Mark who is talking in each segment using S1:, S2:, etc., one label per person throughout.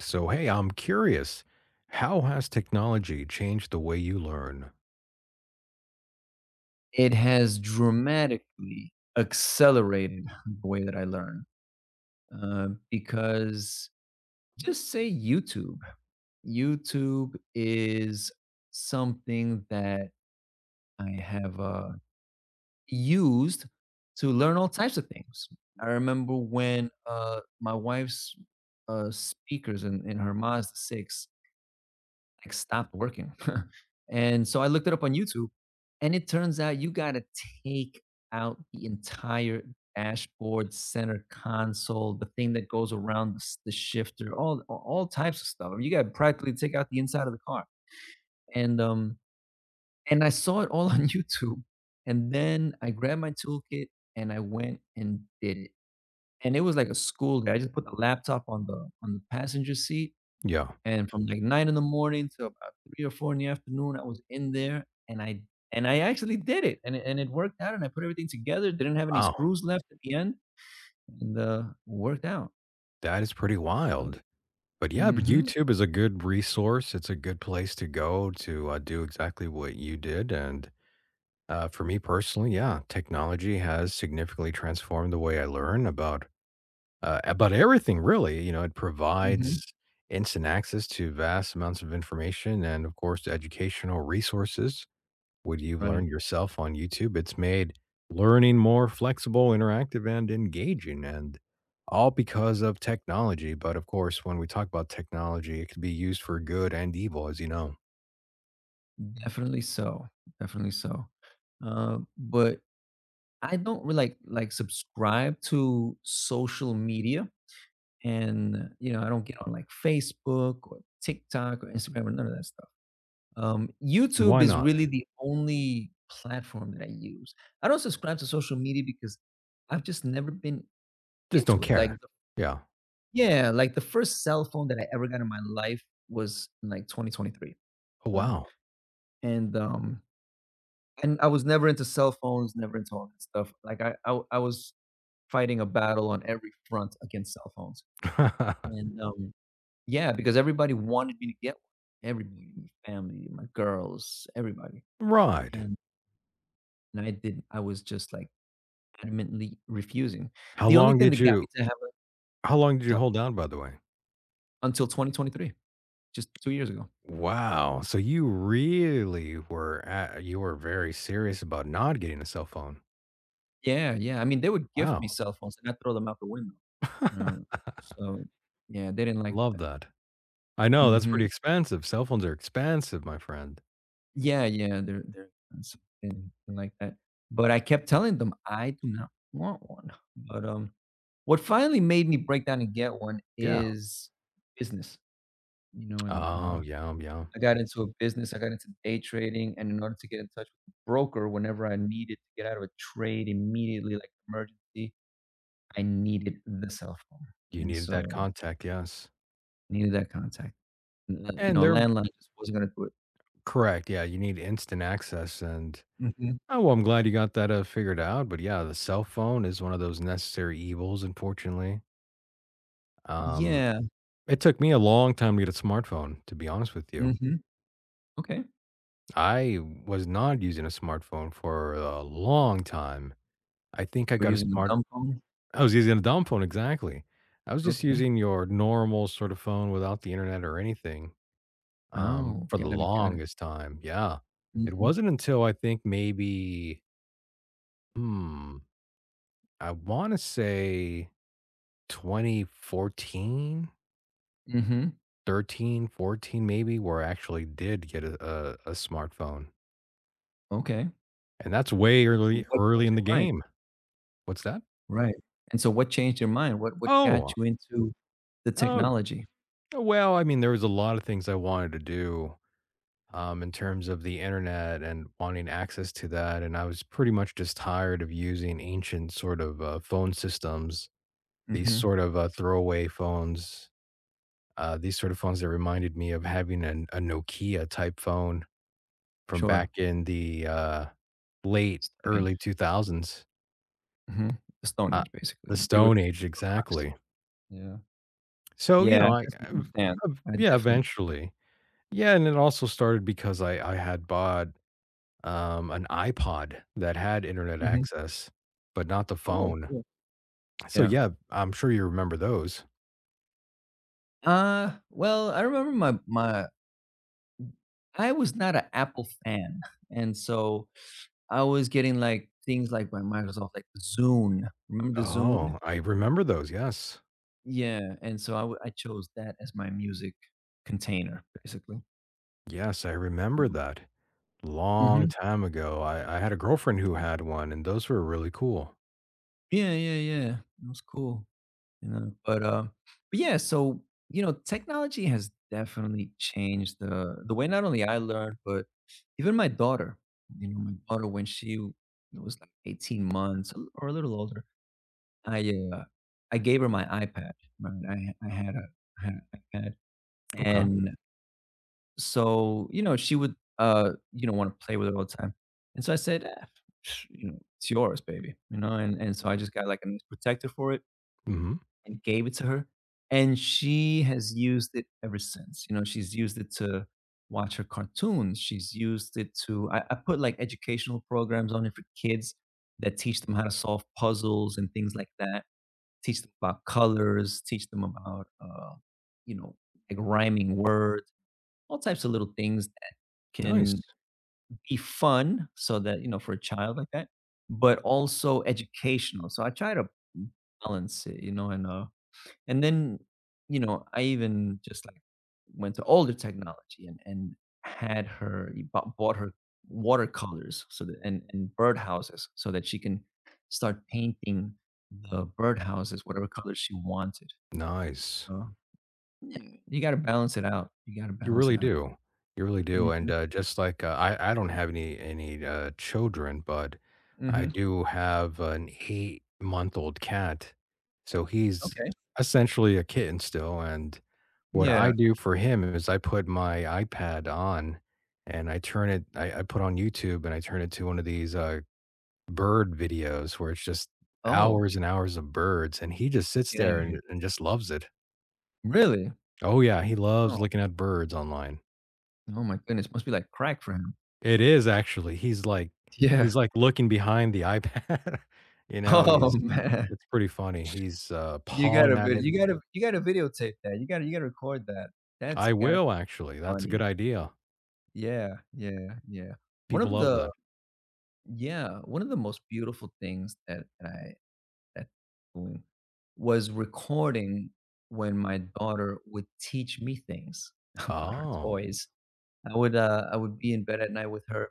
S1: So, hey, I'm curious, how has technology changed the way you learn?
S2: It has dramatically accelerated the way that I learn, because just say YouTube. YouTube is something that I have, used to learn all types of things. I remember when, my wife's, speakers in her Mazda 6 like stopped working. And so I looked it up on YouTube, and it turns out you got to take out the entire dashboard, center console, the thing that goes around the, the shifter, all types of stuff. I mean, you got to practically take out the inside of the car. And um and I saw it all on YouTube, and then I grabbed my toolkit and I went and did it. And it was like a school day. I just put the laptop on the passenger seat
S1: Yeah.
S2: and from like 9 in the morning to about 3 or 4 in the afternoon, I was in there and I actually did it and it worked out and I put everything together, didn't have any
S1: Wow.
S2: screws left at the end and, worked out.
S1: That is pretty
S2: So
S1: wild. But yeah, but
S2: mhm,
S1: YouTube is a good resource. It's a good place to go to do exactly what you did. And for me personally, yeah, technology has significantly transformed the way I learn about everything. Really, you know, it
S2: mhm,
S1: provides instant access to vast amounts of information and, of course, educational resources what you've
S2: right.
S1: learned yourself on YouTube, it's made learning more flexible, interactive, and engaging, and all because of technology. But of course, when we talk about technology, it could be used for good and evil, as you know.
S2: Definitely so, definitely so. But I don't really like subscribe to social media and, you know, I don't get on like Facebook or TikTok or Instagram or none of that stuff. YouTube
S1: Why
S2: is
S1: not?
S2: really the only platform that I use. I don't subscribe to social media because I've just never been
S1: Just
S2: into
S1: don't
S2: it.
S1: care. Yeah.
S2: Yeah, like the first cell phone that I ever got in my life was in like 2023,
S1: Oh,
S2: you know?
S1: wow.
S2: And, um, and I was never into cell phones, never into all that stuff. Like I was fighting a battle on every front against cell phones. And, um, yeah, because everybody wanted me to get one. Everybody, my family, my girls, everybody.
S1: Right.
S2: And, and I didn't, I was just like, adamantly refusing.
S1: How
S2: The only
S1: long
S2: thing
S1: did
S2: that got me
S1: you
S2: to have a
S1: how long did you
S2: to
S1: hold out, by the way?
S2: Until 2023, just 2 years ago.
S1: Wow. So you really were at, you were very serious about not getting a cell phone.
S2: Yeah, yeah, I mean, they would gift me
S1: Wow.
S2: cell phones and I'd throw them out the window. Um, so, yeah, they didn't like
S1: Love
S2: that.
S1: that. I know, that's pretty
S2: Mhm.
S1: expensive. Cell phones are expensive, my friend.
S2: Yeah, yeah, they're expensive and like that. But I kept telling them, "I do not want one." But, um, what finally made me break down and get one
S1: Yeah.
S2: is business, you know, and,
S1: Oh,
S2: uh
S1: yeah, yeah.
S2: I got into a business, I got into day trading, and in order to get in touch with a broker whenever I needed to get out of a trade immediately, like emergency, I needed the cell phone,
S1: You
S2: and
S1: needed that
S2: so,
S1: contact, yes.
S2: needed that contact. You
S1: And
S2: know, a
S1: they're
S2: landline just wasn't gonna do it.
S1: correct, yeah, you need instant access, and
S2: Mhm.
S1: oh, well, I'm glad you got that, figured out, but yeah, the cell phone is one of those necessary evils, unfortunately. Um,
S2: Yeah.
S1: it took me a long time to get a smartphone, to be honest with you.
S2: Mhm. Okay. You
S1: I was not using a smartphone for a long time. I think I
S2: were
S1: got a
S2: using a
S1: smartphone.
S2: dumb phone?
S1: I was using a dumb phone, exactly. I was just
S2: Okay.
S1: using your normal sort of phone without the internet or anything,
S2: Oh,
S1: for the
S2: got it, got it.
S1: longest time, yeah. It
S2: Mhm.
S1: wasn't until I think maybe, hmm, I wanna say 2014,
S2: Mhm.
S1: 13, 14, maybe, where I actually did get a a smartphone,
S2: Okay.
S1: and that's way
S2: So
S1: early
S2: what
S1: early
S2: changed
S1: in
S2: your
S1: the
S2: mind?
S1: game. What's that?
S2: Right. And so what changed your mind? What got
S1: Oh,
S2: you into the
S1: oh,
S2: technology?
S1: well, I mean, there was a lot of things I wanted to do in terms of the internet and wanting access to that. And I was pretty much just tired of using ancient sort of phone systems, these
S2: Mhm.
S1: sort of throwaway phones, these sort of phones that reminded me of having an, a Nokia type phone from
S2: Sure.
S1: back in the late, early 2000s,
S2: Mhm. The Stone
S1: uh,
S2: Age,
S1: the
S2: basically. You would
S1: Stone Age,
S2: rocks.
S1: exactly.
S2: Yeah.
S1: So, you
S2: Yeah, I
S1: know,
S2: definitely understand. I
S1: yeah,
S2: definitely
S1: eventually. Yeah, and it also started because I had bought an iPod that had internet
S2: mhm.
S1: access, but not the
S2: Oh,
S1: phone.
S2: cool.
S1: So
S2: Yeah.
S1: yeah, I'm sure you remember those.
S2: I remember my my I was not an Apple fan, and so I was getting, like, things like by Microsoft, like Zune. Remember the Zune?
S1: Oh, I remember those. Yes.
S2: Yeah, and so I chose that as my music container, basically.
S1: Yes, I remember
S2: Um
S1: that. Long
S2: Mhm.
S1: time ago, I had a girlfriend who had one, and those were really cool.
S2: Yeah, yeah, yeah. It was cool. You know, but, um, but yeah, so, you know, technology has definitely changed the way not only I learned, but even my daughter. You know, my daughter when she was like 18 months or a little older, I, uh, I gave her my iPad, right? I had a I had an iPad,
S1: Okay.
S2: and so, you know, she would, you know, wanna play with it all the time, and so I said, "Eh, psh, you know, it's yours, baby," you know, and so I just got like a nice protector for it
S1: Hmm.
S2: and gave it to her, and she has used it ever since. You know, she's used it to watch her cartoons. She's used it to I put like educational programs on it for kids that teach them how to solve puzzles and things like that. Teach them about colors. Teach them about you know like rhyming words. All types of little things that can
S1: Nice.
S2: be fun, so that you know for a child like that, but also educational. So I try to balance it, you know, and then, you know, I even just, like, went to older technology and had her e bought bought her watercolors so that and birdhouses so that she can start painting the birdhouses whatever colors she wanted.
S1: Nice.
S2: So, yeah, mm, you gotta balance it out. You gotta
S1: You
S2: balance
S1: really
S2: it out.
S1: do. You really do, and,
S2: Mhm,
S1: just like, I don't have any children, but I
S2: mhm.
S1: do have an eight-month-old cat, so he's
S2: Okay.
S1: essentially a kitten still, and what
S2: Yeah.
S1: I do for him is I put my iPad on, and I turn it I put on YouTube, and I turn it to one of these, bird videos where it's just
S2: Oh,
S1: hours and hours of birds, and he just sits
S2: get out of
S1: there
S2: here.
S1: and just loves it.
S2: Really?
S1: Oh, yeah, he loves
S2: Oh,
S1: looking at birds online.
S2: oh my goodness, must be like crack for him.
S1: It is actually.
S2: Yeah.
S1: He's like looking behind the iPad, you know,
S2: Oh,
S1: he's
S2: man.
S1: it's pretty funny. He's, pawing at it.
S2: You gotta videotape that, you gotta record that. That's
S1: I
S2: got
S1: will actually, that's a
S2: funny.
S1: good idea.
S2: Yeah, yeah, yeah. One
S1: People
S2: of
S1: love
S2: the
S1: that.
S2: Yeah, one of the most beautiful things that I that doing was recording when my daughter would teach me things about her
S1: Oh,
S2: toys. I would be in bed at night with her.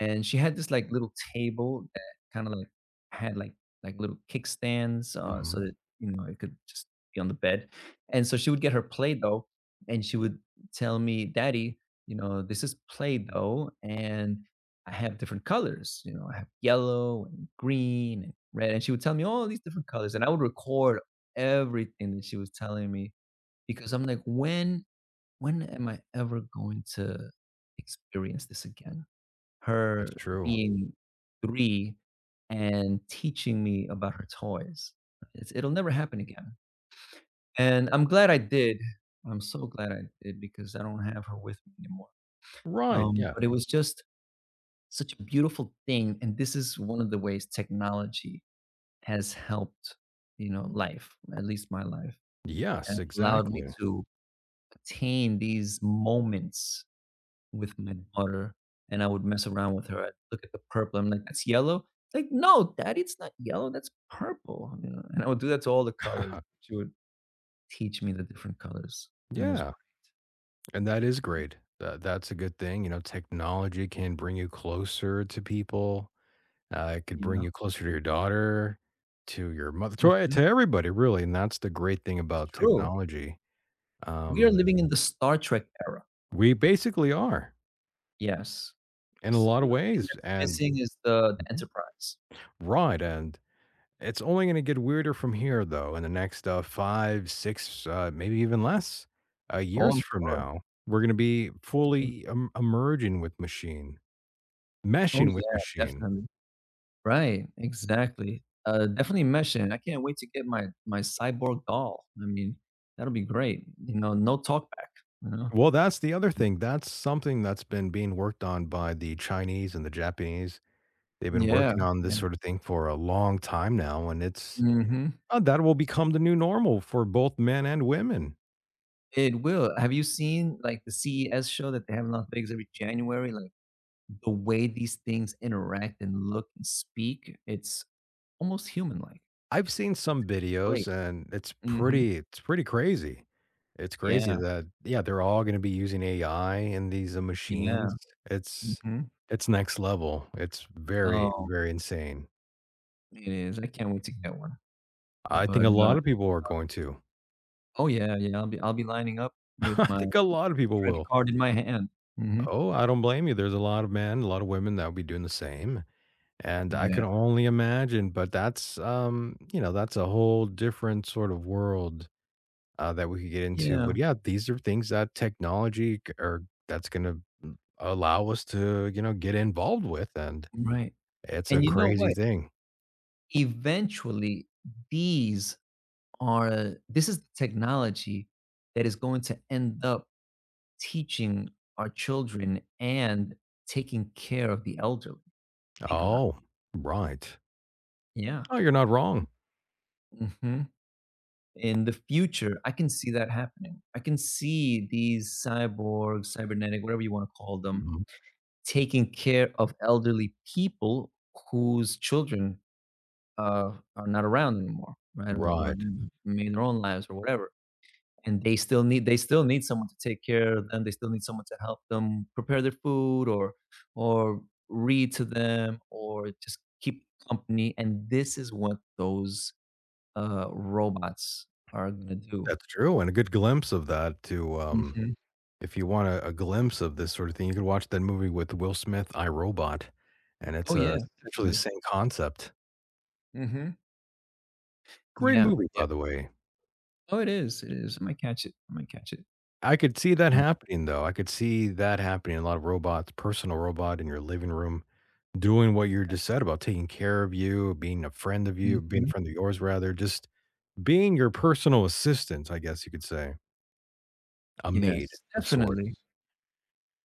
S2: And she had this, like, little table that kinda, like, had, like, little kickstands, so
S1: mhm,
S2: that, you know, it could just be on the bed. And so she would get her Play-Doh, and she would tell me, "Daddy, you know, this is Play-Doh, and I have different colors, you know, I have yellow and green and red," and she would tell me all these different colors, and I would record everything that she was telling me because I'm like, when am I ever going to experience this again?"
S1: that's
S2: Her
S1: true.
S2: being 3 and teaching me about her toys. It'll never happen again, and I'm glad I did. I'm so glad I did because I don't have her with me anymore,
S1: Right, yeah.
S2: but it was just such a beautiful thing, and this is one of the ways technology has helped, you know, life, at least my life, and
S1: Yes,
S2: allowed me
S1: exactly.
S2: to attain these moments with my daughter, and I would mess around with her. I'd look at the purple. I'm like, "That's yellow." It's like, "No, daddy, it's not yellow. That's purple," you know? And I would do that to all the colors. She would teach me the different colors, and it was
S1: Yeah, and that is great. That's a good thing, you know, technology can bring you closer to people. It could
S2: you
S1: bring
S2: know?
S1: you closer to your daughter, to your mother, to, e,
S2: Mhm.
S1: to everybody, really. And that's the great thing
S2: It's
S1: about
S2: true.
S1: technology.
S2: We are
S1: Um,
S2: living in the Star Trek era.
S1: we basically are
S2: Yes.
S1: in a
S2: Yes.
S1: lot
S2: The
S1: of
S2: only thing
S1: ways.
S2: that's
S1: And
S2: missing is the
S1: mhm.
S2: Enterprise.
S1: Right. And it's only going to get weirder from here, though, in the next five, six, maybe even less
S2: Oh,
S1: years
S2: I'm
S1: from
S2: sure.
S1: now. We're going to be
S2: I'm sure.
S1: fully emerging with machine,
S2: Oh,
S1: meshing with
S2: yeah,
S1: machine.
S2: definitely. Right, exactly. Definitely mention, I can't wait to get my cyborg doll. I mean, that'll be great, you know, no talk back, you know?
S1: Well, that's the other thing. That's something that's been being worked on by the Chinese and the Japanese. They've been
S2: Yeah,
S1: working on
S2: yeah.
S1: this sort of thing for a long time now, and it's
S2: Mhm.
S1: that will become the new normal for both men and women.
S2: It will. Have you seen, like, the CES show that they have in Las Vegas every January? Like, the way these things interact and look and speak, it's almost human-like.
S1: I've seen some videos,
S2: Great.
S1: and
S2: Mhm.
S1: it's pretty crazy. It's crazy
S2: Yeah,
S1: that yeah, they're all going to be using AI in these
S2: yeah,
S1: machines. It's
S2: mhm.
S1: it's next level. It's very
S2: Oh,
S1: very insane.
S2: it is. I can't wait to get one.
S1: I think
S2: But,
S1: a
S2: uh
S1: lot of people are going to.
S2: oh, yeah, yeah, I'll be lining up with
S1: I
S2: my
S1: think a lot of people
S2: credit
S1: will.
S2: card in my hand. Mhm.
S1: Oh, I don't blame you. There's a lot of men, a lot of women that will be doing the same. And I
S2: Yeah.
S1: can only imagine, but that's, you know, that's a whole different sort of world that we could get into.
S2: Yeah,
S1: But yeah, these are things that technology or that's going to allow us to, you know, get involved with. And
S2: right,
S1: it's a
S2: and you know
S1: crazy
S2: what?
S1: thing.
S2: Eventually, these are this is the technology that is going to end up teaching our children and taking care of the elderly. Think about
S1: Oh, right.
S2: it. Yeah.
S1: Oh, you're not wrong.
S2: Mhm. In the future, I can see that happening. I can see these cyborgs, cybernetic, whatever you wanna call them,
S1: Mhm.
S2: taking care of elderly people whose children are not around anymore, right? Or
S1: Right.
S2: you know, made their own lives or whatever, and they still need someone to take care of them. They still need someone to help them prepare their food or read to them or just keep company. And this is what those robots are gonna do.
S1: That's true. And a good glimpse of that to,
S2: Mhm.
S1: if you want a glimpse of this sort of thing, you could watch that movie with Will Smith, I Robot, and it's
S2: Oh yeah,
S1: essentially the
S2: definitely.
S1: same concept.
S2: Hmm.
S1: Great
S2: Yeah,
S1: movie,
S2: yeah.
S1: by the way.
S2: Oh, it is. It is. I might catch it. I might catch it.
S1: I could see that
S2: Uh,
S1: happening, though. I could see that happening. A lot of robots, personal robot in your living room, doing what you just said about taking care of you, being a friend of you, being
S2: mhm.
S1: a friend of yours, rather, just being your personal assistant, I guess you could say, a maid
S2: Yes,
S1: of
S2: definitely.
S1: sorts.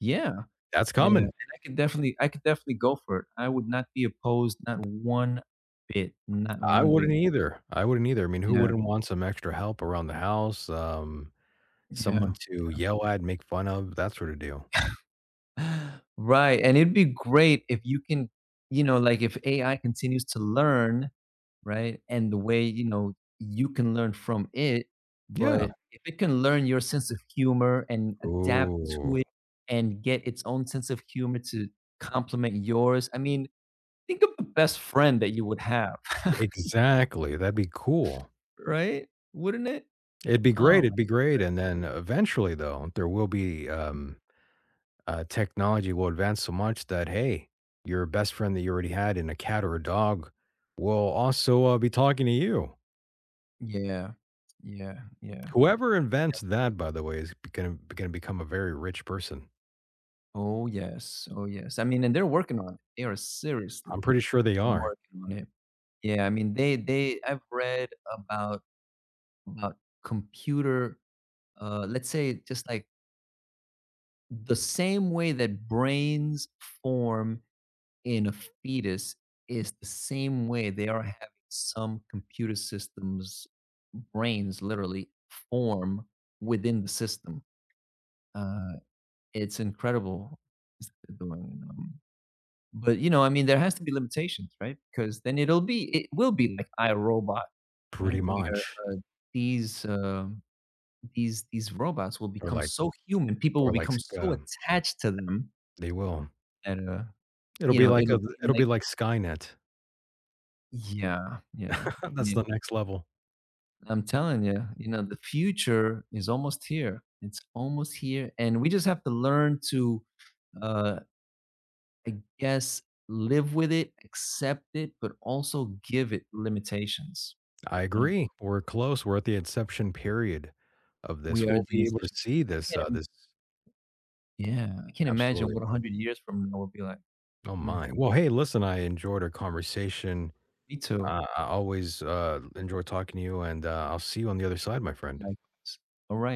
S2: Yeah.
S1: That's
S2: Yeah,
S1: coming.
S2: and I could definitely go for it. I would not be opposed, not one bit, not
S1: I
S2: one
S1: wouldn't
S2: bit.
S1: either. I wouldn't either. I mean, who
S2: Yeah,
S1: wouldn't want some extra help around the house? Someone
S2: yeah.
S1: to yell at, make fun of, that sort of deal.
S2: Right, and it'd be great if you can, you know, like, if AI continues to learn, right, and the way, you know, you can learn from it,
S1: Yeah.
S2: but if it can learn your sense of humor and adapt
S1: Ooh,
S2: to it and get its own sense of humor to complement yours, I mean, think of the best friend that you would have,
S1: exactly. That'd be cool.
S2: right? Wouldn't it? Oh.
S1: It'd be great, and then eventually, though, there will be, technology will advance so much that, hey, your best friend that you already had in a cat or a dog will also, be talking to you.
S2: Yeah. Yeah, yeah.
S1: Whoever invents that, by the way, is gonna gonna become a very rich person.
S2: Oh, yes. Oh, yes. I mean, and they're working on it. They are
S1: I'm
S2: seriously
S1: pretty sure they are,
S2: working on it. Yeah, I mean, they I've read about about computer, let's say, just like the same way that brains form in a fetus is the same way they are having some computer systems brains literally form within the system. Uh, it's incredible. Is that they're doing. Um, but, you know, I mean, there has to be limitations, right? Because then it'll be it will be like iRobot, right?
S1: pretty
S2: Where,
S1: much,
S2: uh, these, um, these robots will
S1: or
S2: become
S1: like
S2: so human, people will
S1: or like,
S2: become so
S1: um,
S2: attached to them
S1: they will.
S2: that,
S1: It'll
S2: you
S1: be
S2: know,
S1: like
S2: it'll
S1: a
S2: be
S1: it'll be
S2: like
S1: like Skynet.
S2: yeah, yeah. I
S1: That's the
S2: mean,
S1: next level.
S2: I'm telling you, you know, the future is almost here. It's almost here, and we just have to learn to, uh, I guess, live with it, accept it, but also give it limitations,
S1: I
S2: right?
S1: agree. We're close. We're at the inception period of
S2: We
S1: this.
S2: are
S1: We'll
S2: the
S1: be able to
S2: essential
S1: see
S2: I
S1: this,
S2: can't im
S1: this
S2: Yeah, I can't imagine
S1: absolutely.
S2: what 100 years from now will be like.
S1: Oh
S2: "Mm,
S1: my. Well, hey, listen, I enjoyed our conversation.
S2: me too."
S1: I always enjoy talking to you, and I'll see you on the other side, my friend.
S2: Likewise. Alright.